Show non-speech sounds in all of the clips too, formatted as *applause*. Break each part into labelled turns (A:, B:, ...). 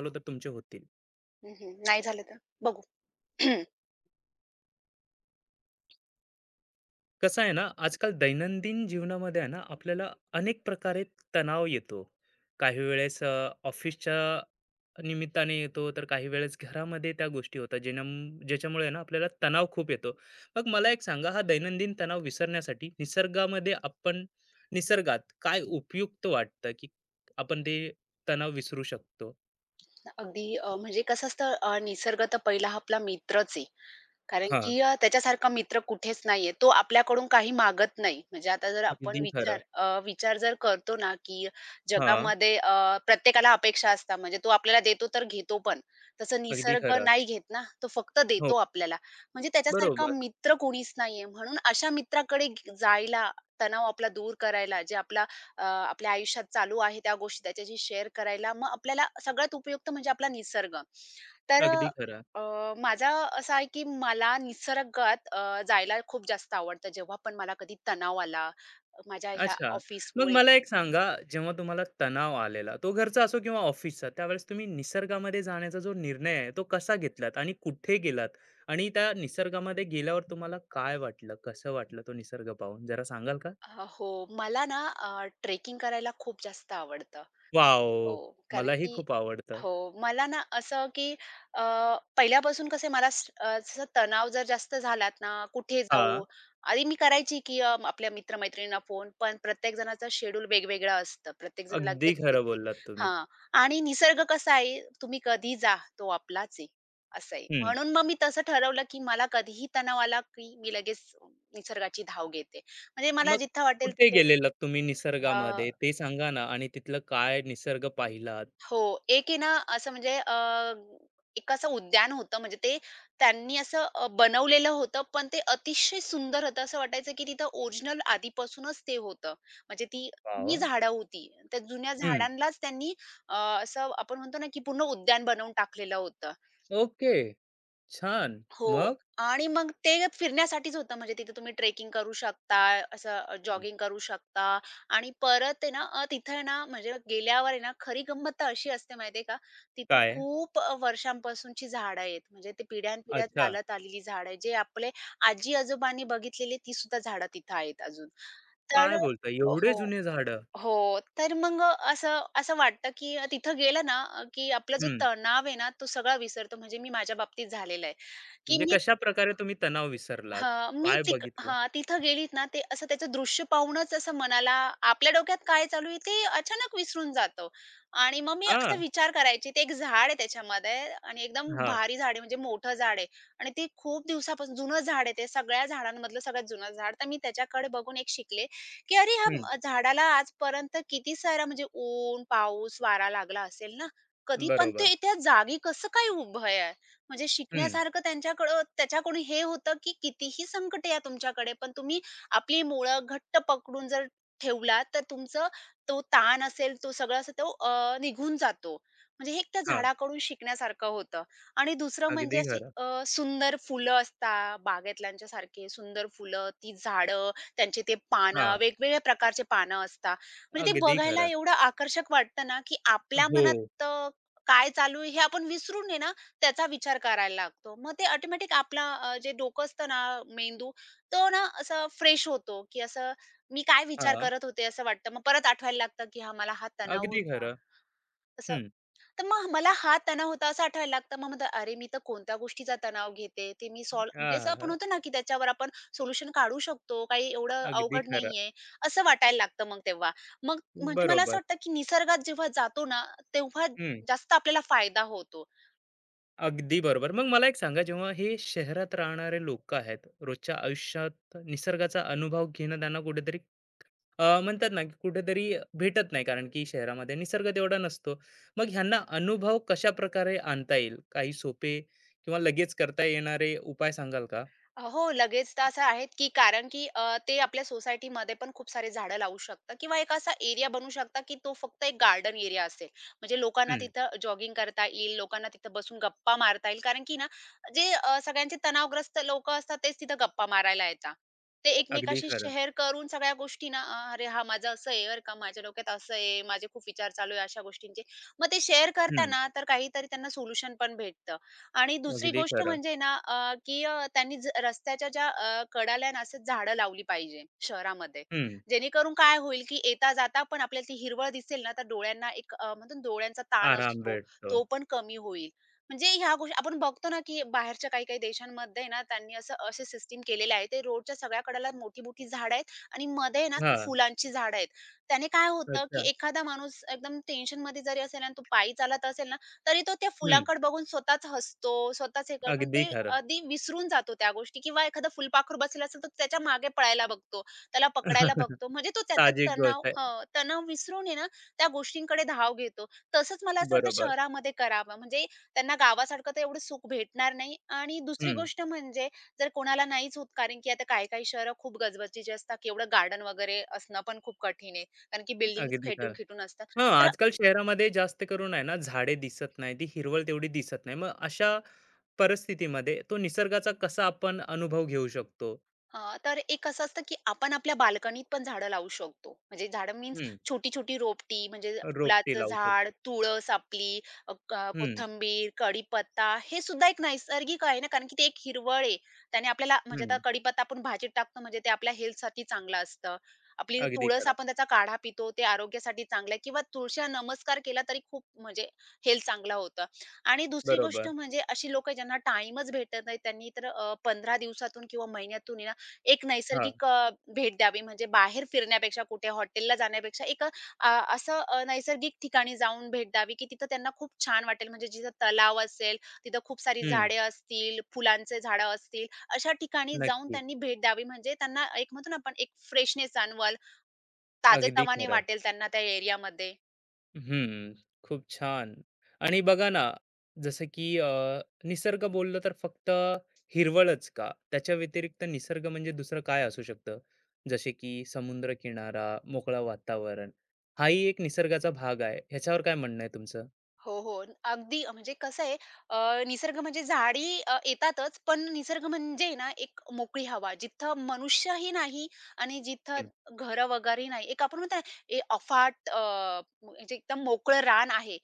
A: आलो तर तुमचे होतील.
B: हं, हं. नाही झालं तर? बघू. *clears throat*
A: कसं आहे ना, आजकाल दैनंदिन जीवनामध्ये आहे ना, आपल्याला अनेक प्रकारे तणाव येतो. काही वेळेस ऑफिसच्या निमित्ताने येतो, तर काही वेळेस घरामध्ये त्या गोष्टी होतात, ज्याच्यामुळे आहे ना, आपल्याला तणाव खूप येतो. मग मला एक सांगा, हा दैनंदिन तणाव विसरण्यासाठी निसर्गामध्ये आपण निसर्गात काय उपयुक्त वाटतं, की आपण ते तणाव विसरू शकतो?
B: अगदी म्हणजे कसं असतं निसर्ग तर पहिला हा आपला मित्रच आहे. कारण
A: हां,
B: की त्याच्यासारखा मित्र कुठेच नाहीये. तो आपल्याकडून काही मागत नाही. म्हणजे आता जर आपण
A: अगदी खरं.
B: विचार जर करतो ना, की
A: हां,
B: जगामध्ये प्रत्येकाला अपेक्षा असतात. म्हणजे तो आपल्याला देतो तर घेतो पण. तसं
A: अगदी
B: निसर्ग
A: खरं.
B: नाही घेत ना, तो फक्त
A: हो,
B: देतो आपल्याला. म्हणजे त्याच्यासारखा
A: बरोबर.
B: मित्र कोणीच नाहीये. म्हणून अशा मित्राकडे ग जायला, तणाव आपला दूर करायला, जे आपला आपल्या आयुष्यात चालू आहे त्या गोष्टी त्याच्याशी शेअर करायला, मग आपल्याला सगळ्यात उपयुक्त म्हणजे आपला निसर्ग. तर
A: अगदी खरं.
B: माझा असा आहे, की मला निसर्गात जायला खूप जास्त आवडतं. जेव्हा पण मला कधी तणाव आला, माझ्या ह्या
A: अच्छा. मग
B: ऑफिसमुळे.
A: मला एक सांगा, जेव्हा तुम्हाला तणाव आलेला, तो घरचा असो किंवा ऑफिसचा, त्यावेळेस तुम्ही निसर्गामध्ये जाण्याचा जो निर्णय आहे, तो कसा घेतलात आणि कुठे गेलात? आणि त्या निसर्गामध्ये गेल्यावर तुम्हाला काय वाटलं? कसं वाटलं तो निसर्ग पाहून? जरा सांगाल का?
B: हो, मला ना ट्रेकिंग करायला खूप जास्त आवडतं. हो,
A: वॉव!
B: कारण
A: मलाही
B: की
A: खूप आवडतं.
B: हो, मला ना असं की अ, पहिल्यापासून कसं आहे जसं तणाव जर जास्त झालात ना, कुठे
A: हां,
B: जाऊ? आधी मी करायची की आपल्या मित्र फोन, पण प्रत्येक जणाचं शेड्यूल वेगवेगळं असतं. प्रत्येकजण
A: अगदी
B: लगेच येत
A: खरं
B: नाही.
A: बोललात तुम्ही.
B: हां. आणि निसर्ग कसा आहे, तुम्ही कधी जा, तो आपलाच आहे, असं आहे.
A: हं.
B: म्हणून मग मी तसं ठरवलं की मला कधीही तणाव आला की मी लगेच निसर्गाची धाव घेते. म्हणजे मला
A: मग
B: जिथं वाटेल
A: कुठे
B: तिथं.
A: गेलेलात तुम्ही निसर्गामध्ये ते सांगा ना आणि तिथलं काय निसर्ग पाहिलात?
B: हो. एक आहे ना असं म्हणजे एक असं उद्यान होतं म्हणजे ते त्यांनी असं बनवलेलं होतं, पण ते अतिशय सुंदर होतं. असं वाटायचं की तिथं ओरिजिनल आधीपासूनच ते होतं. म्हणजे ती
A: वाह,
B: ही
A: वाह!
B: झाडं होती. त्या जुन्या झाडांलाच त्यांनी अ, असं आपण म्हणतो ना की पूर्ण उद्यान बनवून टाकलेलं होतं.
A: ओके. छान.
B: हो.
A: मग?
B: आणि मग ते फिरण्यासाठीच होतं. म्हणजे तिथे तुम्ही ट्रेकिंग करू शकता, असं जॉगिंग करू शकता आणि परत आहे ना तिथं आहे ना म्हणजे गेल्यावर आहे ना खरी गंमत तर अशी असते माहिती आहे का, तिथं
A: काय?
B: खूप वर्षांपासूनची झाडं आहेत. म्हणजे ते पिढ्यानपिढ्या
A: अच्छा.
B: चालत आलेली झाडं आहेत. जे आपले आजी-आजोबांनी बघितलेली ती सुद्धा झाडं तिथं आहेत अजून.
A: काय
B: तर
A: बोलता, एवढे
B: हो.
A: जुने झाडं?
B: हो. तर मग असं असं वाटतं, की तिथं गेलं ना, की आपला जो
A: हं.
B: तणाव आहे ना, तो सगळा विसरतो. म्हणजे मी माझ्या बाबतीत झालेला आहे, की
A: म्हणजे
B: मी
A: कशा प्रकारे तुम्ही तणाव विसरलात?
B: हां, मी
A: काय
B: तिक
A: बघितलं?
B: हां, तिथं गेलीत ना, ते असं त्याचं दृश्य पाहूनच असं मनाला आपल्या डोक्यात काय चालू आहे ते अचानक विसरून जातो आणि मग मी असा
A: हां,
B: विचार करायची. ते एक झाड आहे त्याच्यामध्ये आणि एकदम
A: हां.
B: भारी झाड आहे म्हणजे मोठं झाड आहे आणि ते खूप दिवसापासून जुनं झाड आहे ते सगळ्या झाडांमधलं सगळ्यात जुनं झाड. तर मी त्याच्याकडे बघून एक शिकले, की अरे ह्या
A: हं.
B: झाडाला आजपर्यंत किती सारा म्हणजे ऊन, पाऊस, वारा लागला असेल ना, कधी पण
A: बरोबर.
B: ते त्या जागी कसं काय उभं आहे? म्हणजे
A: हं.
B: शिकण्यासारखं त्यांच्याकडं त्याच्याकडून हे होतं, की कितीही संकट या तुमच्याकडे, पण तुम्ही आपली मुळं घट्ट पकडून जर ठेवलात, तर तुमचं तो ताण असेल, तो सगळा असेल, तो निघून जातो. म्हणजे हे एक त्या
A: हां.
B: झाडाकडून शिकण्यासारखं होतं. आणि दुसरं म्हणजे
A: अगदी
B: अशी
A: खरं.
B: सुंदर फुलं असतात बागायतल्यांच्यासारखे सुंदर फुलं, ती झाडं, त्यांची ते पानं,
A: हां.
B: वेगवेगळ्या प्रकारचे पानं असतात. म्हणजे ते
A: अगदी
B: बघायला
A: खरं.
B: एवढं आकर्षक वाटतं ना, की आपल्या
A: हो.
B: मनात काय चालू आहे हे आपण विसरून आहे ना, त्याचा विचार करायला लागतो. मग ते ऑटोमॅटिक आपला जे डोकं असतं ना, मेंदू तो ना असा फ्रेश होतो, की असं मी काय विचार
A: हां.
B: करत होते असं वाटतं. मग परत आठवायला लागतं, की हां, मला हा तणाव
A: अगदी
B: होता.
A: खरं.
B: असं
A: हं.
B: तर मग मला हा तणाव होता असं आठवायला लागतं. मग म्हणतात, "अरे, मी तर कोणत्या गोष्टीचा तणाव घेते, ते मी सॉल्व्ह" म्हणजे असं आपण
A: आहाहा!
B: म्हणतो ना, की त्याच्यावर आपण सोल्युशन काढू शकतो. काही एवढं
A: अगदी
B: अवघड
A: खरं.
B: नाहीये, असं वाटायला लागतं मग तेव्हा. मग म्हणजे मला असं
A: बरोबर.
B: वाटतं, की निसर्गात जेव्हा जातो ना, तेव्हा
A: हं.
B: जास्त आपल्याला फायदा होतो.
A: अगदी बरोबर. मग मला एक सांगा, जेव्हा हे शहरात राहणारे लोकं आहेत, रोजच्या आयुष्यात निसर्गाचा अनुभव घेणं त्यांना कुठेतरी म्हणतात ना, की कुठेतरी भेटत नाही कारण की शहरामध्ये निसर्ग तेवढा नसतो. मग ह्यांना अनुभव कशाप्रकारे आणता येईल? काही सोपे किंवा लगेच करता येणारे उपाय सांगाल का?
B: हो, लगेच तर असं आहेत, की कारण की ते आपल्या सोसायटीमध्ये पण खूप सारे झाडं लावू शकतात किंवा एक असा एरिया बनवू शकता, की तो फक्त एक गार्डन एरिया असेल. म्हणजे लोकांना
A: हं,
B: तिथं जॉगिंग करता येईल, लोकांना तिथं बसून गप्पा मारता येईल. कारण की ना, जे सगळ्यांचे तणावग्रस्त लोकं असतात, तेच तिथं गप्पा मारायला येतात. ते
A: अगदी
B: एकमेकाशी
A: खरं.
B: शेअर करून सगळ्या गोष्टी ना, "अरे, हां, माझं असं आहे बरं का, माझ्या डोक्यात असं आहे, माझे खूप विचार चालू आहे अशा गोष्टींचे." मग ते शेअर
A: हं,
B: करताना तर काहीतरी त्यांना सोल्युशन पण भेटतं. आणि दुसरी
A: अगदी
B: गोष्ट
A: खरं.
B: म्हणजे ना की त्यांनी रस्त्याच्या ज्या कडाला आहे ना असं झाडं लावली पाहिजे शहरामध्ये.
A: हं,
B: जेणेकरून काय होईल, की येता-जाता पण आपल्याला ती हिरवळ दिसेल ना, तर डोळ्यांना एक म्हणतो ना डोळ्यांचा ताण
A: आराम
B: असतो,
A: भेटतो.
B: तो पण कमी होईल. म्हणजे ह्या गोष्टी आपण बघतो ना, की बाहेरच्या काही-काही देशांमध्ये ना त्यांनी असे सिस्टम केलेले आहे. ते रोडच्या सगळ्या कडेला मोठी-मोठी झाडं आहेत आणि मध्ये ना असं
A: हां,
B: फुलांची झाडं आहेत. त्याने काय होतं, की
A: अच्छा.
B: एखादा माणूस एकदम टेन्शनमध्ये जरी असेल आणि तो पायी चालत असेल ना, तरी तो त्या
A: हं,
B: फुलांकडे बघून स्वतःच हसतो, स्वतःच हे करतो आणि
A: अगदी
B: ते
A: खरं.
B: अगदी विसरून जातो त्या गोष्टी किंवा एखादं फुलपाखरू बसलेलं असेल, तर तो त्याच्या मागे पळायला बघतो, त्याला पकडायला
A: *laughs*
B: बघतो. म्हणजे तो त्याचा
A: साहजिक गोष्ट आहे.
B: तणाव विसरून आहे ना, त्या गोष्टींकडे धाव घेतो. तसंच मला असं वाटतं
A: बरोबर.
B: शहरामध्ये करावं. म्हणजे त्यांना गावासारखं तर एवढं सुख भेटणार नाही आणि दुसरी
A: हं,
B: गोष्ट म्हणजे जर कोणाला नाहीच होत, कारण की आता काही-काही शहरं खूप गजबजीची असतात, की एवढं गार्डन वगैरे असणं पण खूप कठीण आहे. कारण की बिल्डिंग्स
A: अगदी खरं.
B: खेटून-खेटून असतात.
A: हां,
B: तर
A: आजकाल शहरामध्ये जास्त करून आहे ना, झाडे दिसत नाही, ती हिरवळ तेवढी दिसत नाही. मग अशा परिस्थितीमध्ये तो निसर्गाचा कसा आपण अनुभव घेऊ शकतो?
B: हां, तर एक असं असतं, की आपण आपल्या बाल्कनीत पण झाडं लावू शकतो. म्हणजे झाडं मीन्स
A: हं,
B: छोटी-छोटी रोपटी म्हणजे
A: रोपटी
B: फुलाचं
A: लावू शकतो.
B: झाड, तुळस आपली, अ, क
A: हं,
B: कोथिंबीर, कढीपत्ता हे सुद्धा एक नैसर्गिक आहे ना, कारण की ते एक हिरवळ आहे. त्याने आपल्याला म्हणजे आता
A: हं.
B: कढीपत्ता आपण भाजीत टाकतो म्हणजे ते आपल्या हेल्थसाठी चांगलं असतं. आपली
A: अगदी
B: तुळस
A: खरं.
B: आपण त्याचा काढा पितो, ते आरोग्यासाठी चांगलं आहे किंवा तुळशीला नमस्कार केला तरी खूप म्हणजे हेल्थ चांगलं होतं. आणि दुसरी गोष्ट
A: बरोबर.
B: म्हणजे अशी लोकं ज्यांना टाईमच भेटत नाही त्यांनी तर 15 दिवसातून किंवा महिन्यातून एक
A: हां.
B: नैसर्गिक भेट द्यावी. म्हणजे बाहेर फिरण्यापेक्षा, कुठे हॉटेलला जाण्यापेक्षा एक असं नैसर्गिक ठिकाणी जाऊन भेट द्यावी, की तिथं त्यांना खूप छान वाटेल. म्हणजे जिथं तलाव असेल, तिथं खूप सारी
A: हं.
B: झाडे असतील, फुलांचे झाडं असतील, अशा ठिकाणी जाऊन त्यांनी
A: नक्कीच.
B: भेट द्यावी. म्हणजे त्यांना एक म्हणतो ना आपण एक फ्रेशनेस जाणवल,
A: अगदी
B: ताजेतवाने
A: खरं.
B: वाटेल त्यांना त्या एरियामध्ये.
A: हम्म, खूप छान. आणि बघा ना, जसं की निसर्ग बोललं तर फक्त हिरवळच का? त्याच्या व्यतिरिक्त निसर्ग म्हणजे दुसरं काय असू शकतं? जसे की समुद्रकिनारा, मोकळं वातावरण, हाही एक निसर्गाचा भाग आहे. ह्याच्यावर काय म्हणणं आहे तुमचं?
B: हो, हो. अगदी म्हणजे कसं आहे निसर्ग म्हणजे झाडी येतातच, पण निसर्ग म्हणजे ना एक मोकळी हवा, जिथं मनुष्यही नाही आणि जिथं
A: हं,
B: घरं वगैरे नाही. एक आपण म्हणतो ना, ए अफाट अ, म्हणजे एकदम मोकळं रान आहे.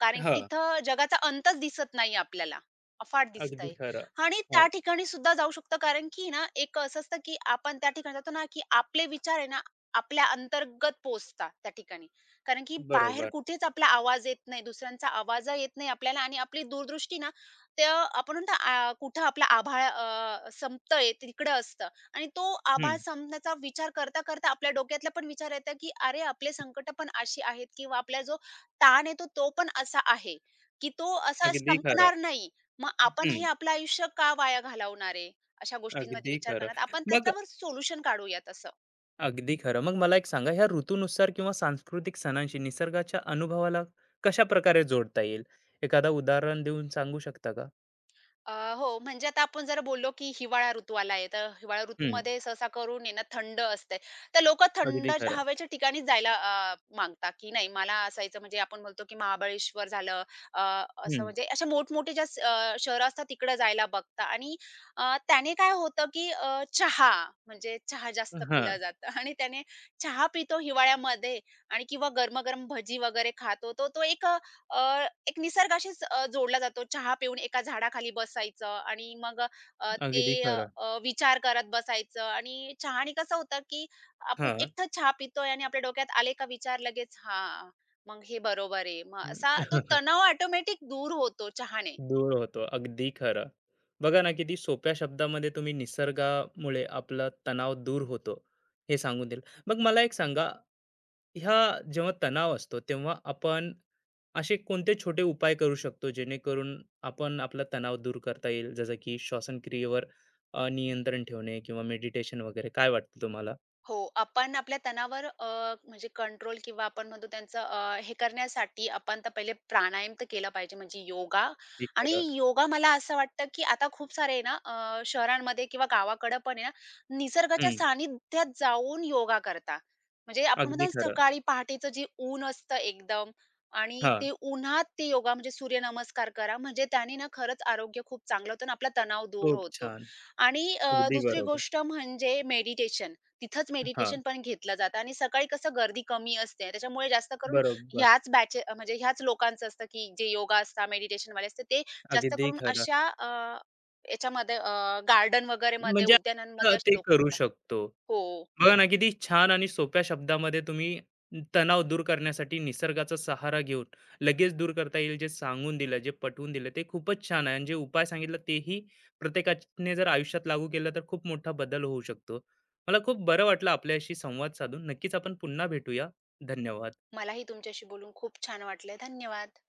B: कारण की
A: हां,
B: तिथं जगाचा अंतच दिसत नाही आपल्याला. अफाट
A: अगदी
B: दिसतंय
A: खरं.
B: आणि
A: हां,
B: त्या ठिकाणी सुद्धा जाऊ शकतो कारण की ना, एक असं असतं की आपण त्या ठिकाणी जातो ना, की आपले विचार आहे ना, आपल्या अंतर्गत पोहोचतात त्या ठिकाणी. कारण की बाहेर
A: बरोबर.
B: कुठेच आपला आवाज येत नाही, दुसऱ्यांचा आवाज येत नाही आपल्याला आणि आपली दूरदृष्टी ना, ते आपण म्हणतो कुठं आपला आभाळ संपतंय तिकडं असतं आणि तो
A: हं,
B: आभाळ संपण्याचा विचार करता आपल्या डोक्यातला पण विचार येतो की अरे, आपले संकटं पण अशी आहेत किंवा आपला जो ताण येतो तो पण असा आहे, की तो असा
A: अगदी खरं.
B: संपणार नाही. मग आपणही
A: हं,
B: आपलं आयुष्य का वाया घालवणार आहे? अशा गोष्टींमध्ये
A: अगदी
B: विचार
A: खरं.
B: करण्यात आपण
A: मग
B: त्याच्यावर सोल्युशन काढूयात असं.
A: अगदी खरं. मग मला एक सांगा, ह्या ऋतूनुसार किंवा सांस्कृतिक सणांशी निसर्गाच्या अनुभवाला कशा प्रकारे जोडता येईल? एखादा उदाहरण देऊन सांगू शकता का?
B: अ, हो, म्हणजे आता आपण जर बोललो, की हिवाळा ऋतू आलाय, तर हिवाळा
A: हं,
B: ऋतूमध्ये सहसा करून आहे ना थंड असते. तर लोकं
A: अगदी
B: थंड
A: खरं.
B: हवेच्या ठिकाणीच जायला मागतात, की नाही मला असायचं म्हणजे आपण बोलतो, की महाबळेश्वर झालं. अ, असं
A: हं,
B: म्हणजे अशा मोठमोठे ज्या अ, असतात तिकडे जायला बघतात आणि त्याने काय होतं, की अ, चहा म्हणजे चहा जास्त
A: हां,
B: पिला जातं *laughs* आणि त्याने चहा पितो हिवाळ्यामध्ये आणि किंवा गरमागरम भजी वगैरे खातो. तो तो एक एक निसर्गाशीच जोडला जातो. चहा पिऊन एका झाडाखाली बसायचं आणि मग अ, ते
A: अगदी
B: अ,
A: खरं.
B: अ, विचार करत बसायचं आणि चहाने कसं होतं, की आपण
A: हां.
B: एकटं चहा पितोय आणि आपल्या डोक्यात आले का विचार लगेच, "हां, मग हे बरोबर आहे." मग असा तो
A: *laughs*
B: तणाव ऑटोमॅटिक दूर होतो चहाने.
A: दूर होतो. अगदी खरं. बघा ना, किती सोप्या शब्दामध्ये तुम्ही निसर्गामुळे आपला तणाव दूर होतो, हे सांगून दिलं. मग मला एक सांगा, ह्या जेव्हा तणाव असतो, तेव्हा आपण असे कोणते छोटे उपाय करू शकतो, जेणेकरून आपण आपला तणाव दूर करता येईल? जसं की श्वासक्रियेवर नियंत्रण ठेवणे किंवा मेडिटेशन वगैरे. काय वाटतं तुम्हाला?
B: हो, आपण आपल्या तणावर म्हणजे कंट्रोल किंवा आपण म्हणतो त्यांचं हे करण्यासाठी आपण तर पहिले प्राणायाम तर केला पाहिजे म्हणजे योगा.
A: अगदी
B: आणि
A: खरं.
B: योगा मला असं वाटतं, की आता खूप सारे आहे ना शहरांमध्ये किंवा गावाकडं पण आहे ना, निसर्गाच्या
A: हं,
B: सानिध्यात जाऊन योगा करता. म्हणजे आपण म्हणतो
A: अगदी
B: ना
A: खरं.
B: सकाळी पहाटेचं जे ऊन असतं एकदम आणि
A: हां,
B: ते उन्हात ते योगा म्हणजे सूर्यनमस्कार करा. म्हणजे त्याने ना खरंच आरोग्य खूप चांगलं होतं आणि आपला तणाव दूर
A: खूप
B: होतो
A: छान.
B: आणि
A: अगदी
B: दुसरी
A: बरोबर.
B: गोष्ट म्हणजे मेडिटेशन. तिथंच
A: हां,
B: मेडिटेशन पण घेतलं जातं आणि सकाळी कसं गर्दी कमी असते. त्याच्यामुळे जास्त करून
A: बरोबर.
B: ह्याच बॅच अ, म्हणजे ह्याच लोकांचं असतं, की जे योगा असतात, मेडिटेशनवाले असतात, ते जास्त
A: अगदी
B: करून
A: खरं.
B: अशा याच्यामध्ये गार्डन वगैरेमध्ये,
A: म्हणजे
B: उद्यानांमध्ये अशी
A: ते
B: लोकं
A: करू
B: असतात.
A: शकतो.
B: हो.
A: बघा ना, किती छान आणि सोप्या शब्दामध्ये तुम्ही तणाव दूर करण्यासाठी निसर्गाचा सहारा घेऊन लगेच दूर करता येईल, जे सांगून दिलं, जे पटवून दिलं, ते खूपच छान आहे. आणि जे उपाय सांगितलं, तेही प्रत्येकाने जर आयुष्यात लागू केलं, तर खूप मोठा बदल होऊ शकतो. मला खूप बरं वाटलं आपल्याशी संवाद साधून. नक्कीच आपण पुन्हा भेटूया. धन्यवाद.
B: मलाही तुमच्याशी बोलून खूप छान वाटलं. धन्यवाद.